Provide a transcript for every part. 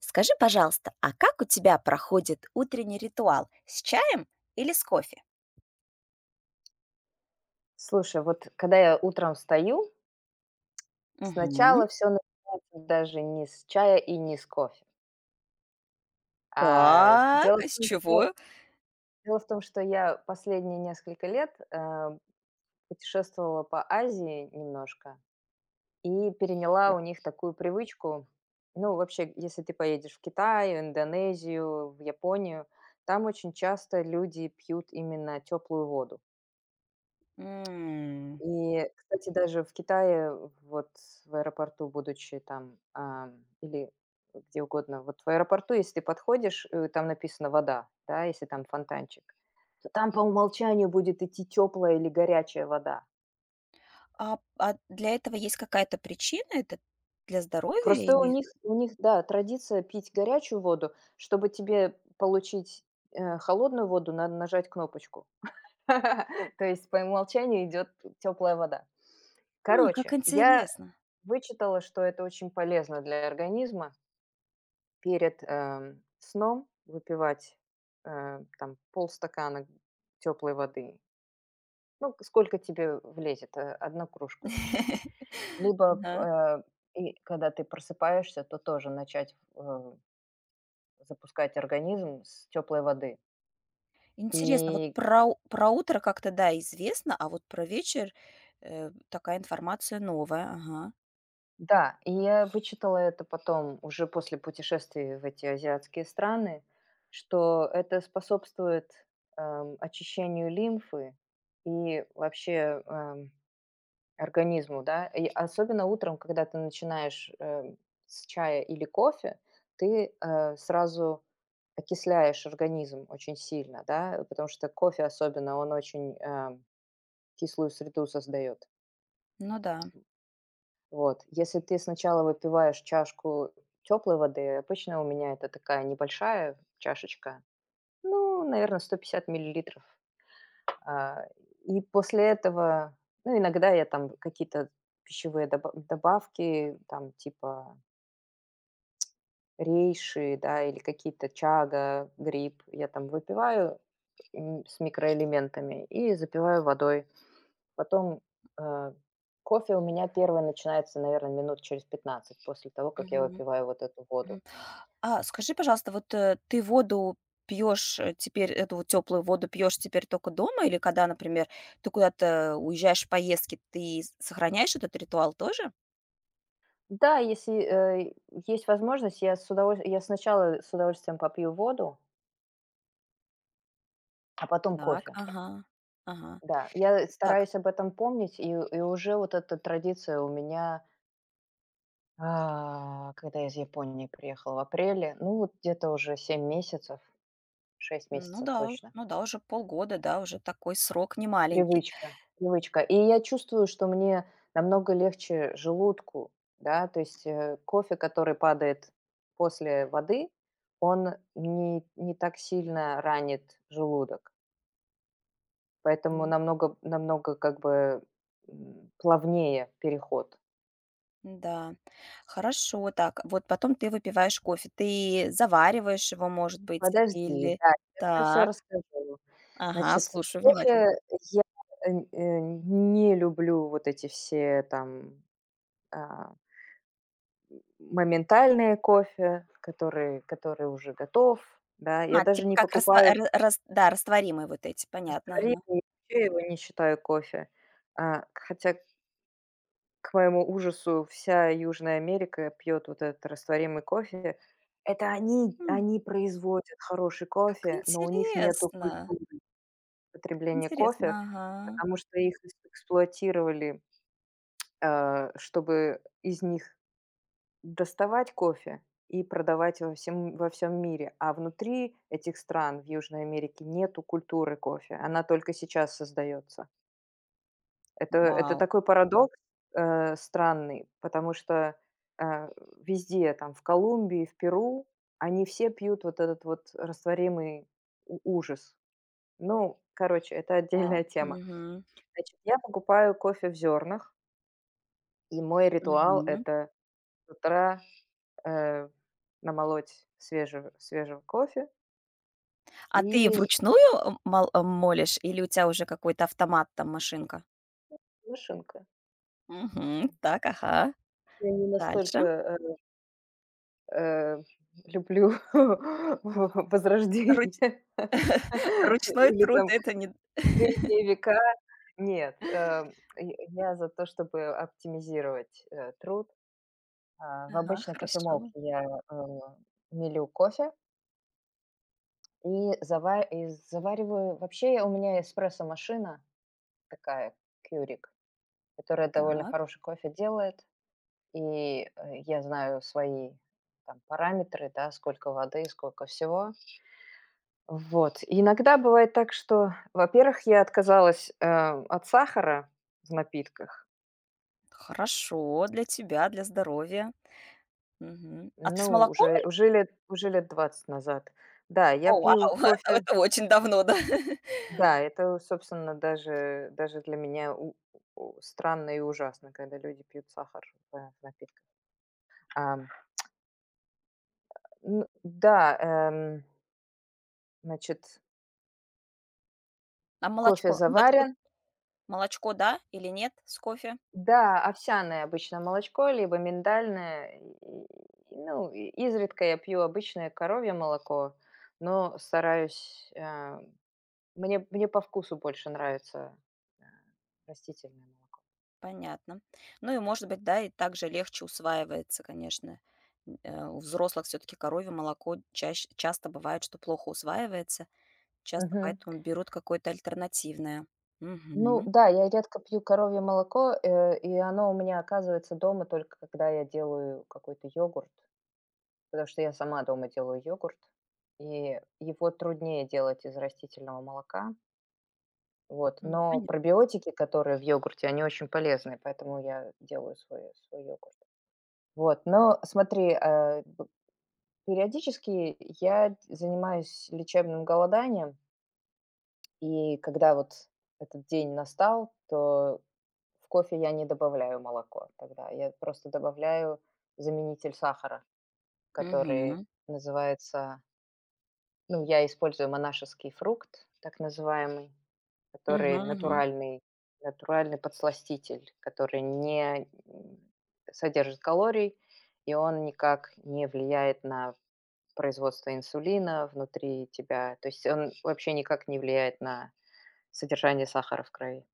Скажи, пожалуйста, а как у тебя проходит утренний ритуал? С чаем или с кофе? Слушай, вот когда я утром встаю, Мгм. сначала все начинается даже не с чая и не с кофе. А, Так, дело а в с том, что чего? дело в том, что я последние несколько лет, путешествовала по Азии немножко и переняла у них такую привычку. Ну, вообще, если ты поедешь в Китай, в Индонезию, в Японию, там очень часто люди пьют именно теплую воду. М. И, кстати, даже в Китае, вот в аэропорту, будучи там, или где угодно, вот в аэропорту, если ты подходишь, там написано «вода», да, если там фонтанчик, то там по умолчанию будет идти теплая или горячая вода. А для этого есть какая-то причина? Это для здоровья Просто у или… них, у них, да, традиция пить горячую воду, чтобы тебе получить холодную воду, надо нажать кнопочку. То есть по умолчанию идет теплая вода. А, как Короче, я интересно. вычитала, что это очень полезно для организма, перед, сном выпивать, там полстакана теплой воды. Ну, сколько тебе влезет, 1 кружку вообще. Либо, Ага. И когда ты просыпаешься, то тоже начать, запускать организм с теплой воды. Интересно, вот И про у про утро как-то, да, известно, а вот про вечер, такая информация новая. Ага. да, и я вычитала это потом, уже после путешествий в эти азиатские страны, что это способствует, очищению лимфы и вообще, организму, да? И особенно утром, когда ты начинаешь, с чая или кофе, ты, сразу окисляешь организм очень сильно, да, потому что кофе особенно, он очень, кислую среду создает. Ну да. Вот. Если ты сначала выпиваешь чашку теплой воды, обычно у меня это такая небольшая чашечка, ну, наверное, 150 мл. А, и после этого, ну, иногда я там какие-то пищевые добавки, там типа рейши, да, или какие-то чага, гриб, я там выпиваю, с микроэлементами и запиваю водой. Потом, э, кофе у меня первый начинается, наверное, минут через 15 после того, как я Мгм. выпиваю вот эту Мгм. воду. А скажи, пожалуйста, вот, ты воду пьешь, теперь эту вот тёплую воду пьешь теперь только дома или когда, например, ты куда-то уезжаешь в поездки, ты с сохраняешь этот ритуал тоже? Да, если, есть возможность, я сначала с удовольствием попью воду, а потом Так, кофе. ага, ага. Да, я Так, стараюсь об этом помнить, и уже вот эта традиция у меня, когда я из Японии приехала в апреле, ну, вот где-то уже 7 месяцев, 6 ну месяцев да, точно. ну да, уже полгода, да, уже такой срок немаленький. Привычка, привычка. И я чувствую, что мне намного легче желудку, да, то есть, кофе, который падает после воды, он не так сильно ранит желудок, поэтому М, намного намного как бы, плавнее переход. да, хорошо. Так, вот потом ты выпиваешь кофе. Ты завариваешь его, может быть, Подожди, или… да, сейчас я все Так, расскажу. ага, Значит, слушаю внимательно. кофе я, не люблю вот эти все там, а, моментальные кофе, которые который уже готов, да. Я А, даже типа не как раства покупаю ра рас да, растворимые вот эти, понятно, растворимый, ага. вообще его не считаю кофе. А, хотя, к моему ужасу, вся Южная Америка пьет вот этот растворимый кофе. Это они М, они производят хороший как кофе, но у них нету интересно, культуры. как Потребление кофе, интересно, ага. потому что их эс эксплуатировали, чтобы из них доставать кофе и продавать во всем мире. А внутри этих стран, в Южной Америке, нету культуры кофе. Она только сейчас создается. Это Вау, такой парадокс, странный, потому что, э, везде там, в Колумбии, в Перу, они все пьют вот этот вот растворимый у ужас. Ну, короче, это вау, отдельная тема. мгм, Значит, я покупаю кофе в зернах, и мой ритуал — мгм. это с утра, э, намолоть свежего свежего кофе А ты и вручную, молишь или у тебя уже какой-то автомат там, машинка? машинка. Мгм, так, ага. Я не Дальше. настолько, э, люблю Руч возрождение ручной или труд — там это не… средние века. Нет, я за то, чтобы оптимизировать, труд. А, в Ага, обычной кофемолке хорошо. я, э, мелю кофе, и завариваю. Вообще, я у меня эспрессо-машина такая, Keurig, которая довольно Так, хороший кофе делает. И, я знаю свои там параметры, да, сколько воды, сколько всего. Вот. И иногда бывает так, что, во-первых, я отказалась, от сахара в напитках. хорошо для тебя, для здоровья. Мгм. А ты с Ну, молоком? уже лет 20 назад. Да, я О, вау, пью кофе. это очень давно, да? Да, это, собственно, даже для меня у странно и ужасно, когда люди пьют сахар в напитках. Ам, ну да, эм, значит, А кофе молочко молочко заварен. молочко, да или нет с кофе? Да, овсяное обычно молочко, либо миндальное. Ну, и изредка я пью обычное коровье молоко, но стараюсь, мне по вкусу больше нравится, э, растительное молоко. Понятно. Ну и, может быть, да, и также легче усваивается, конечно. У взрослых все таки коровье молоко часто бывает, что плохо усваивается, часто поэтому берут какое-то альтернативное. Ну Мгм. да, я редко пью коровье молоко, и оно у меня оказывается дома только когда я делаю какой-то йогурт, потому что я сама дома делаю йогурт, и его труднее делать из растительного молока. Вот, но Понятно. пробиотики, которые в йогурте, они очень полезны, поэтому я делаю свой, свой йогурт. Вот, но смотри, периодически я занимаюсь лечебным голоданием, и когда вот этот день настал, то в кофе я не добавляю молоко тогда. Я просто добавляю заменитель сахара, который Мгм. называется. Ну, я использую монашеский фрукт, так называемый, Мгм который мгм. натуральный, натуральный подсластитель, который не содержит калорий, и он никак не влияет на производство инсулина внутри тебя. То есть он вообще никак не влияет на содержание сахара в крови.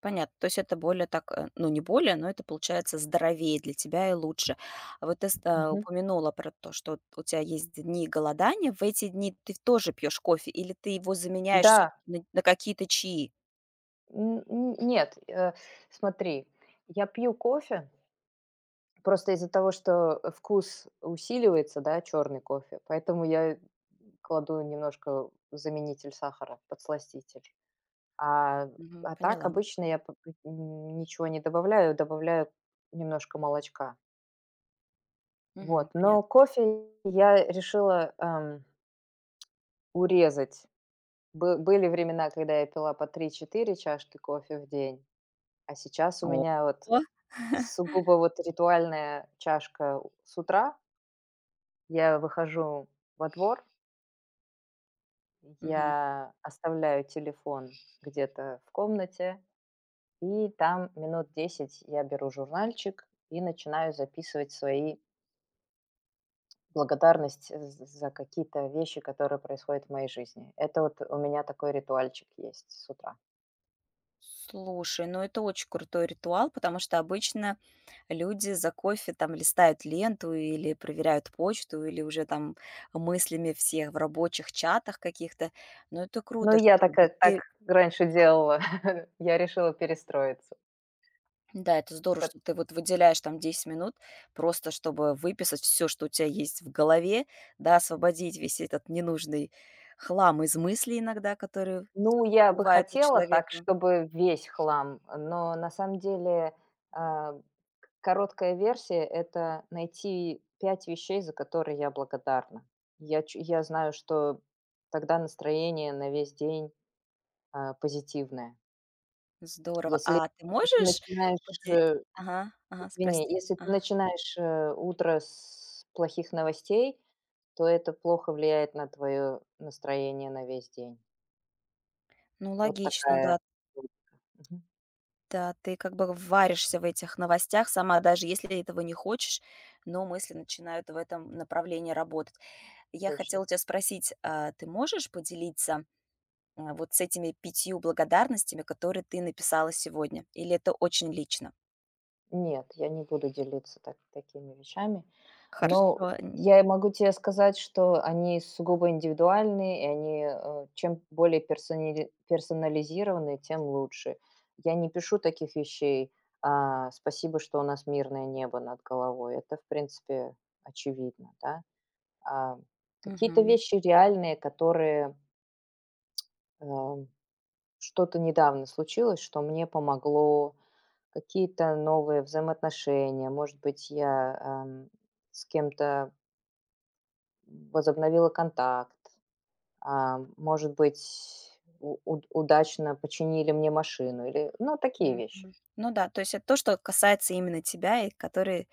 Понятно. То есть это более так, ну, не более, но это получается здоровее для тебя и лучше. А вот ты Мгм. упомянула про то, что вот у тебя есть дни голодания. В эти дни ты тоже пьешь кофе или ты его заменяешь Да, всё-таки на какие-то чаи? Н н нет, смотри, я пью кофе просто из-за того, что вкус усиливается, да, черный кофе, поэтому я кладу немножко заменитель сахара, подсластитель. А, Мгм, так поняла. обычно я п п н ничего не добавляю, добавляю немножко молочка. Мгм, Вот, но понятно. кофе я решила, урезать. Бы были времена, когда я пила по 3-4 чашки кофе в день, а сейчас у О. меня вот сугубо вот ритуальная чашка у с утра. Я выхожу во двор, Мгм. я оставляю телефон где-то в комнате, и там минут 10 я беру журнальчик и начинаю записывать свои благодарность э, з за какие-то вещи, которые происходят в моей жизни. Это вот у меня такой ритуальчик есть с утра. Слушай, ну это очень крутой ритуал, потому что обычно люди за кофе там листают ленту или проверяют почту, или уже там мыслями всех в рабочих чатах каких-то. Но это Ну, круто, я что так, э, вот так ты… раньше делала, я решила перестроиться. да, это здорово, что ты вот выделяешь там 10 минут просто, чтобы выписать все, что у тебя есть в голове, да, освободить весь этот ненужный хлам из мыслей иногда, которые Ну, всё-таки я бы бывают у хотела так, человека. чтобы весь хлам, но на самом деле, а, к короткая версия — это найти 5 вещей, за которые я благодарна. Я знаю, что тогда настроение на весь день, позитивное. Здорово. Если А ты если ты можешь начинаешь, поде Ага, ага, извини, прости. если ты Ага. начинаешь, утро с плохих новостей, то это плохо влияет на твое настроение на весь день. Ну, Вот логично, такая да. логика. Мгм. Да, ты как бы варишься в этих новостях сама, даже если этого не хочешь, но мысли начинают в этом направлении работать. Я Точно. хотела тебя спросить, а ты можешь поделиться, а, вот с этими пятью благодарностями, которые ты написала сегодня, или это очень лично? Нет, я не буду делиться такими вещами. Но Хорошо, н я и могу тебе сказать, что они сугубо индивидуальные, и они, чем более персонализированные, тем лучше. Я не пишу таких вещей: «Спасибо, что у нас мирное небо над головой». Это, в принципе, очевидно, да. А, какие-то мгм, вещи реальные, которые, э что-то недавно случилось, что мне помогло, какие-то новые взаимоотношения. Может быть, я, с кем-то возобновила контакт, а, может быть, у уд удачно починили мне машину или, ну, такие мгм. вещи. Ну да, то есть это то, что касается именно тебя и которые…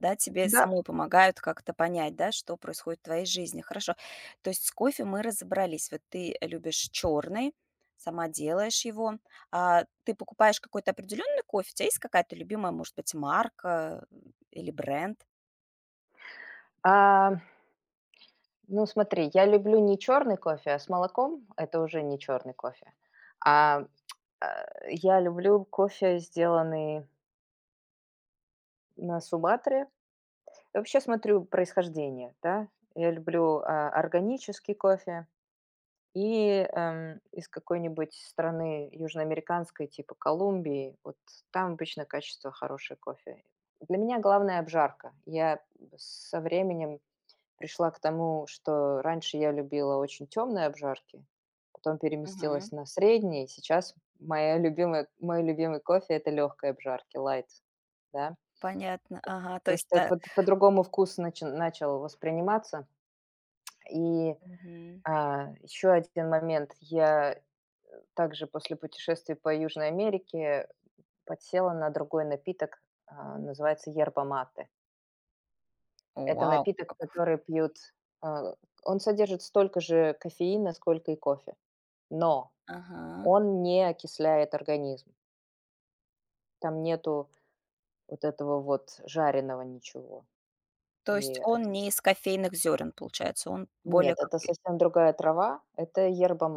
Да, тебе Да. самой помогают как-то понять, да, что происходит в твоей жизни. Хорошо. То есть с кофе мы разобрались. Вот ты любишь черный, сама делаешь его. А ты покупаешь какой-то определенный кофе? У тебя есть какая-то любимая, может быть, марка или бренд? А, ну, смотри, я люблю не черный кофе, а с молоком — это уже не черный кофе. А, а, я люблю кофе, сделанный на субатре. Я вообще смотрю происхождение, да. Я люблю, органический кофе и, из какой-нибудь страны южноамериканской, типа Колумбии. Вот там обычно качество хорошее кофе. Для меня главное — обжарка. Я со временем пришла к тому, что раньше я любила очень темные обжарки, потом Мгм. переместилась на средние. Сейчас моя любимая мой любимый кофе — это легкая обжарки, light, да. Понятно. Ага. То Потому есть… что это по по-другому вкус начи начал восприниматься. И, мгм. Еще один момент. Я также после путешествий по Южной Америке подсела на другой напиток, называется yerba mate. Это Вау. напиток, Как- который пьют, а, он содержит столько же кофеина, сколько и кофе, но Ага. он не окисляет организм. Там нету вот этого вот жареного ничего То и есть он окис не из кофейных зерен, получается. Он более Нет, как… это совсем другая трава. Это yerba.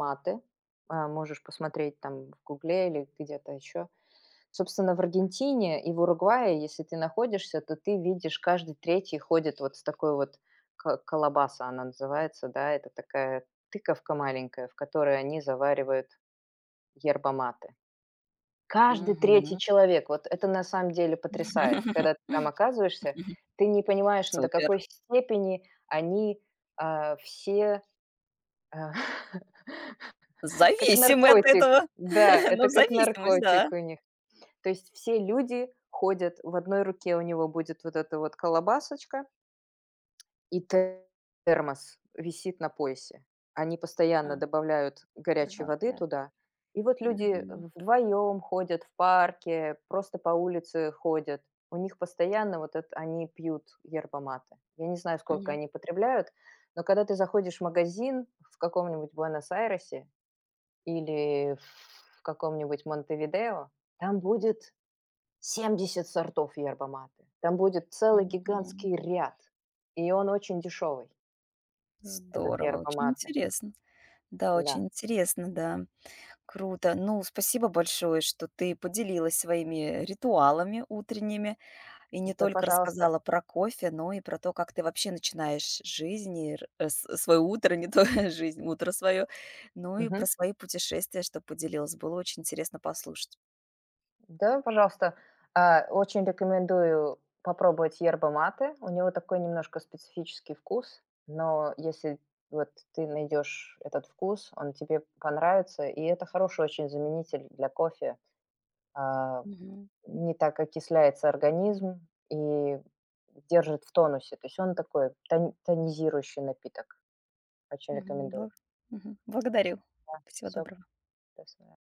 Можешь посмотреть там в «Гугле» или где-то еще. Собственно, в Аргентине и в Уругвае, если ты находишься, то ты видишь, каждый третий ходит вот с такой вот ка колобаса, она называется, да. Это такая тыковка маленькая, в которой они заваривают yerba. Каждый третий Мгм. человек! Вот это на самом деле потрясает. Когда ты там оказываешься, ты не понимаешь, ну, до Супер. какой степени они, все а, как Зависимы от наркотик. этого. Да, Ну, это как зависимость, да. наркотик у них. То есть все люди ходят, в одной руке у него будет вот эта вот колобасочка, и термос висит на поясе. Они А, постоянно добавляют горячей воды добавляют. туда. И вот люди Мгм. вдвоем ходят в парке, просто по улице ходят. У них постоянно вот это, они пьют yerba. Я не знаю, сколько Мгм. они потребляют, но когда ты заходишь в магазин в каком-нибудь Буэнос-Айресе, или в каком-нибудь Монтевидео, там будет 70 сортов yerba-mate. Там будет целый Мгм. гигантский ряд, и он очень дешевый, этот Здорово, очень yerba-mate. интересно. Да, Да, очень интересно, да. Круто. Ну, спасибо большое, что ты поделилась своими ритуалами утренними и не да, только пожалуйста. рассказала про кофе, но и про то, как ты вообще начинаешь жизнь, и свое утро, не то жизнь, утро свое, ну и про Мгм. свои путешествия, что поделилась. Было очень интересно послушать. Да, пожалуйста. Очень рекомендую попробовать yerba-mate. У него такой немножко специфический вкус, но если вот ты найдешь этот вкус, он тебе понравится, и это хороший очень заменитель для кофе. А, Мгм. Не так окисляется организм и держит в тонусе. То есть он такой тонизирующий напиток. Очень Мгм. рекомендую. Бл Мгм. Благодарю. Всего Всё. доброго.